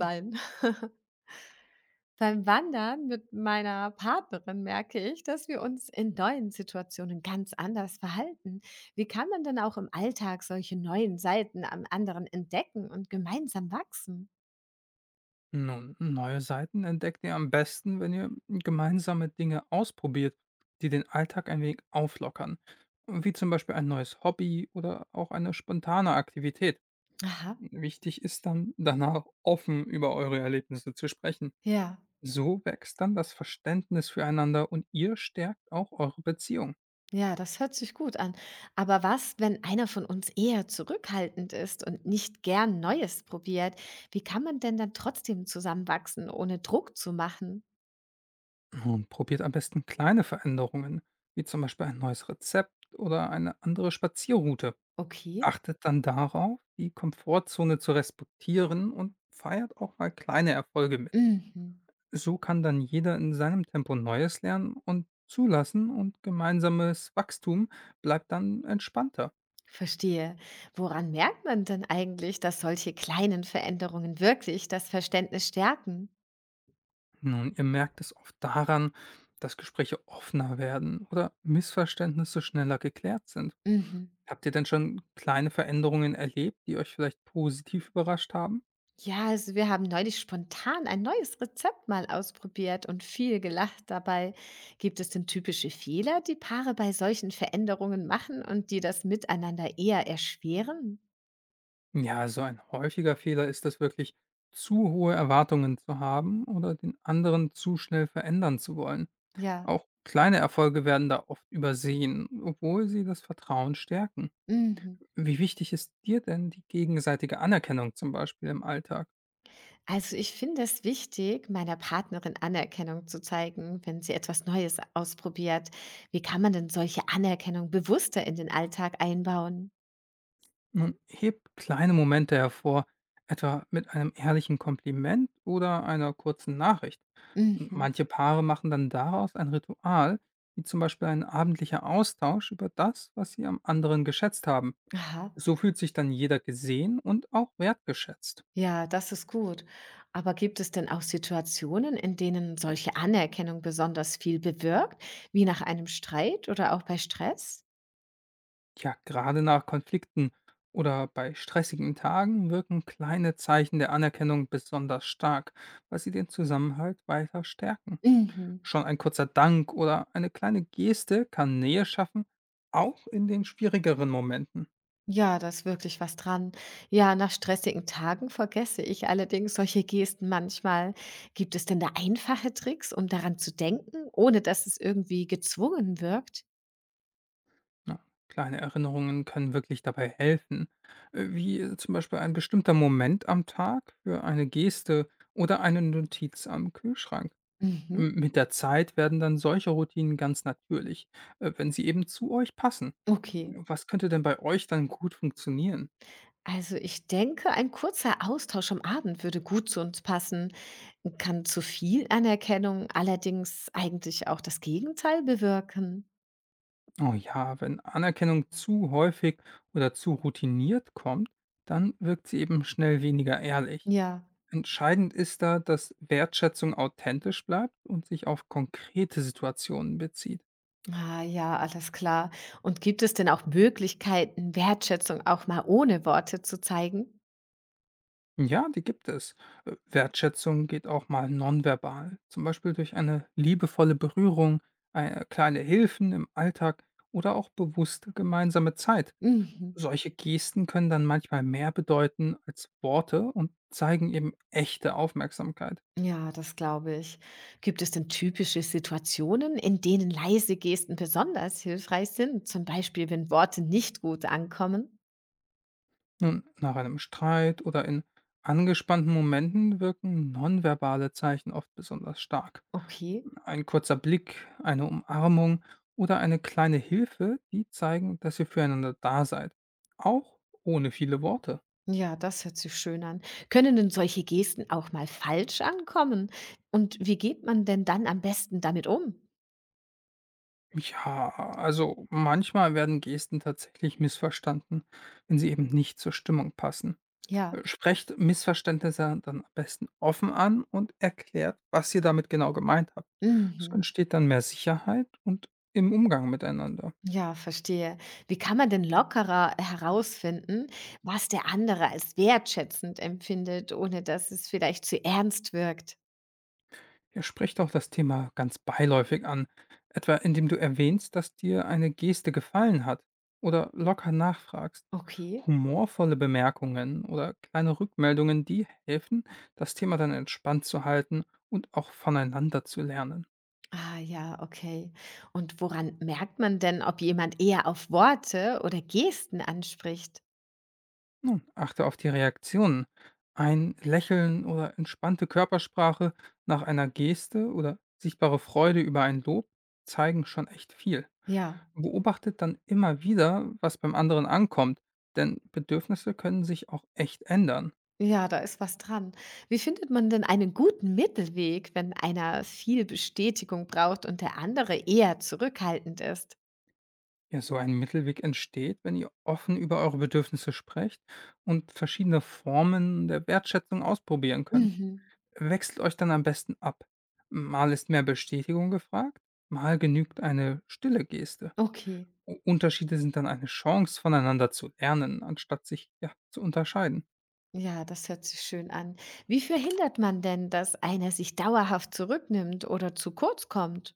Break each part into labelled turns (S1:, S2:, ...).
S1: Sein. Beim Wandern mit meiner Partnerin merke ich, dass wir uns in neuen Situationen ganz anders verhalten. Wie kann man denn auch im Alltag solche neuen Seiten am anderen entdecken und gemeinsam wachsen?
S2: Nun, neue Seiten entdeckt ihr am besten, wenn ihr gemeinsame Dinge ausprobiert, die den Alltag ein wenig auflockern. Wie zum Beispiel ein neues Hobby oder auch eine spontane Aktivität.
S1: Aha,
S2: Wichtig ist dann, danach offen über eure Erlebnisse zu sprechen.
S1: ja.
S2: So wächst dann das Verständnis füreinander und ihr stärkt auch eure Beziehung.
S1: Ja, das hört sich gut an. Aber was, wenn einer von uns eher zurückhaltend ist und nicht gern Neues probiert? Wie kann man denn dann trotzdem zusammenwachsen, ohne Druck zu machen?
S2: Und probiert am besten kleine Veränderungen, wie zum Beispiel ein neues Rezept oder eine andere Spazierroute.
S1: Okay.
S2: Achtet dann darauf, die Komfortzone zu respektieren und feiert auch mal kleine Erfolge mit.
S1: Mhm.
S2: So kann dann jeder in seinem Tempo Neues lernen und zulassen und gemeinsames Wachstum bleibt dann entspannter.
S1: Verstehe. Woran merkt man denn eigentlich, dass solche kleinen Veränderungen wirklich das Verständnis stärken?
S2: Nun, ihr merkt es oft daran, dass Gespräche offener werden oder Missverständnisse schneller geklärt sind.
S1: Mhm.
S2: Habt ihr denn schon kleine Veränderungen erlebt, die euch vielleicht positiv überrascht haben?
S1: Ja, also wir haben neulich spontan ein neues Rezept mal ausprobiert und viel gelacht dabei. Gibt es denn typische Fehler, die Paare bei solchen Veränderungen machen und die das Miteinander eher erschweren?
S2: Ja, so ein häufiger Fehler ist es wirklich, zu hohe Erwartungen zu haben oder den anderen zu schnell verändern zu wollen.
S1: Ja.
S2: Auch kleine Erfolge werden da oft übersehen, obwohl sie das Vertrauen stärken.
S1: Mhm.
S2: Wie wichtig ist dir denn die gegenseitige Anerkennung zum Beispiel im Alltag?
S1: Also ich finde es wichtig, meiner Partnerin Anerkennung zu zeigen, wenn sie etwas Neues ausprobiert. Wie kann man denn solche Anerkennung bewusster in den Alltag einbauen?
S2: Nun, heb kleine Momente hervor, etwa mit einem ehrlichen Kompliment oder einer kurzen Nachricht.
S1: Mhm.
S2: Manche Paare machen dann daraus ein Ritual, wie zum Beispiel ein abendlicher Austausch über das, was sie am anderen geschätzt haben.
S1: Aha.
S2: So fühlt sich dann jeder gesehen und auch wertgeschätzt.
S1: Ja, das ist gut. Aber gibt es denn auch Situationen, in denen solche Anerkennung besonders viel bewirkt, wie nach einem Streit oder auch bei Stress?
S2: Ja, gerade nach Konflikten oder bei stressigen Tagen wirken kleine Zeichen der Anerkennung besonders stark, weil sie den Zusammenhalt weiter stärken.
S1: Mhm.
S2: Schon ein kurzer Dank oder eine kleine Geste kann Nähe schaffen, auch in den schwierigeren Momenten.
S1: Ja, da ist wirklich was dran. Ja, nach stressigen Tagen vergesse ich allerdings solche Gesten manchmal. Gibt es denn da einfache Tricks, um daran zu denken, ohne dass es irgendwie gezwungen wirkt?
S2: Ja, kleine Erinnerungen können wirklich dabei helfen, wie zum Beispiel ein bestimmter Moment am Tag für eine Geste oder eine Notiz am Kühlschrank.
S1: Mhm.
S2: Mit der Zeit werden dann solche Routinen ganz natürlich, wenn sie eben zu euch passen.
S1: Okay.
S2: Was könnte denn bei euch dann gut funktionieren?
S1: Also ich denke, ein kurzer Austausch am Abend würde gut zu uns passen, kann zu viel Anerkennung allerdings eigentlich auch das Gegenteil bewirken.
S2: Oh ja, wenn Anerkennung zu häufig oder zu routiniert kommt, dann wirkt sie eben schnell weniger ehrlich.
S1: Ja.
S2: Entscheidend ist da, dass Wertschätzung authentisch bleibt und sich auf konkrete Situationen bezieht.
S1: Ah, ja, alles klar. Und gibt es denn auch Möglichkeiten, Wertschätzung auch mal ohne Worte zu zeigen?
S2: Ja, die gibt es. Wertschätzung geht auch mal nonverbal, zum Beispiel durch eine liebevolle Berührung, kleine Hilfen im Alltag oder auch bewusste gemeinsame Zeit.
S1: Mhm.
S2: Solche Gesten können dann manchmal mehr bedeuten als Worte und zeigen eben echte Aufmerksamkeit.
S1: Ja, das glaube ich. Gibt es denn typische Situationen, in denen leise Gesten besonders hilfreich sind? Zum Beispiel, wenn Worte nicht gut ankommen?
S2: Nun, nach einem Streit oder in angespannten Momenten wirken nonverbale Zeichen oft besonders stark.
S1: Okay.
S2: Ein kurzer Blick, eine Umarmung oder eine kleine Hilfe, die zeigen, dass ihr füreinander da seid. Auch ohne viele Worte.
S1: Ja, das hört sich schön an. Können denn solche Gesten auch mal falsch ankommen? Und wie geht man denn dann am besten damit um?
S2: Ja, also manchmal werden Gesten tatsächlich missverstanden, wenn sie eben nicht zur Stimmung passen.
S1: Ja.
S2: Sprecht Missverständnisse dann am besten offen an und erklärt, was ihr damit genau gemeint habt. So
S1: Mhm.
S2: entsteht dann mehr Sicherheit und im Umgang miteinander.
S1: Ja, verstehe. Wie kann man denn lockerer herausfinden, was der andere als wertschätzend empfindet, ohne dass es vielleicht zu ernst wirkt?
S2: Ihr sprecht auch das Thema ganz beiläufig an, etwa indem du erwähnst, dass dir eine Geste gefallen hat oder locker nachfragst.
S1: Okay.
S2: Humorvolle Bemerkungen oder kleine Rückmeldungen, die helfen, das Thema dann entspannt zu halten und auch voneinander zu lernen.
S1: Ah ja, okay. Und woran merkt man denn, ob jemand eher auf Worte oder Gesten anspricht?
S2: Nun, achte auf die Reaktionen. Ein Lächeln oder entspannte Körpersprache nach einer Geste oder sichtbare Freude über ein Lob zeigen schon echt viel.
S1: Ja,
S2: Beobachtet dann immer wieder, was beim anderen ankommt, denn Bedürfnisse können sich auch echt ändern.
S1: ja, da ist was dran. Wie findet man denn einen guten Mittelweg, wenn einer viel Bestätigung braucht und der andere eher zurückhaltend ist?
S2: Ja, so ein Mittelweg entsteht, wenn ihr offen über eure Bedürfnisse sprecht und verschiedene Formen der Wertschätzung ausprobieren könnt.
S1: Mhm.
S2: Wechselt euch dann am besten ab. Mal ist mehr Bestätigung gefragt, mal genügt eine stille Geste.
S1: Okay.
S2: U Unterschiede sind dann eine Chance, voneinander zu lernen, anstatt sich ja, zu unterscheiden.
S1: Ja, das hört sich schön an. Wie verhindert man denn, dass einer sich dauerhaft zurücknimmt oder zu kurz kommt?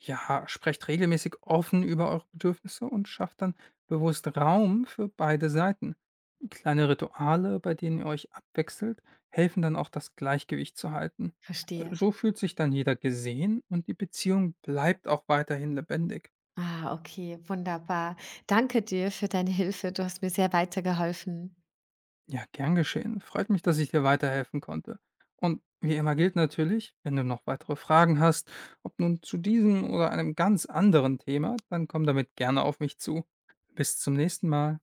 S2: Ja, sprecht regelmäßig offen über eure Bedürfnisse und schafft dann bewusst Raum für beide Seiten. Kleine Rituale, bei denen ihr euch abwechselt, helfen dann auch das Gleichgewicht zu halten.
S1: Verstehe.
S2: So fühlt sich dann jeder gesehen und die Beziehung bleibt auch weiterhin lebendig.
S1: Ah, okay, wunderbar. Danke dir für deine Hilfe. Du hast mir sehr weitergeholfen.
S2: Ja, gern geschehen. Freut mich, dass ich dir weiterhelfen konnte. Und wie immer gilt natürlich, wenn du noch weitere Fragen hast, ob nun zu diesem oder einem ganz anderen Thema, dann komm damit gerne auf mich zu. Bis zum nächsten Mal.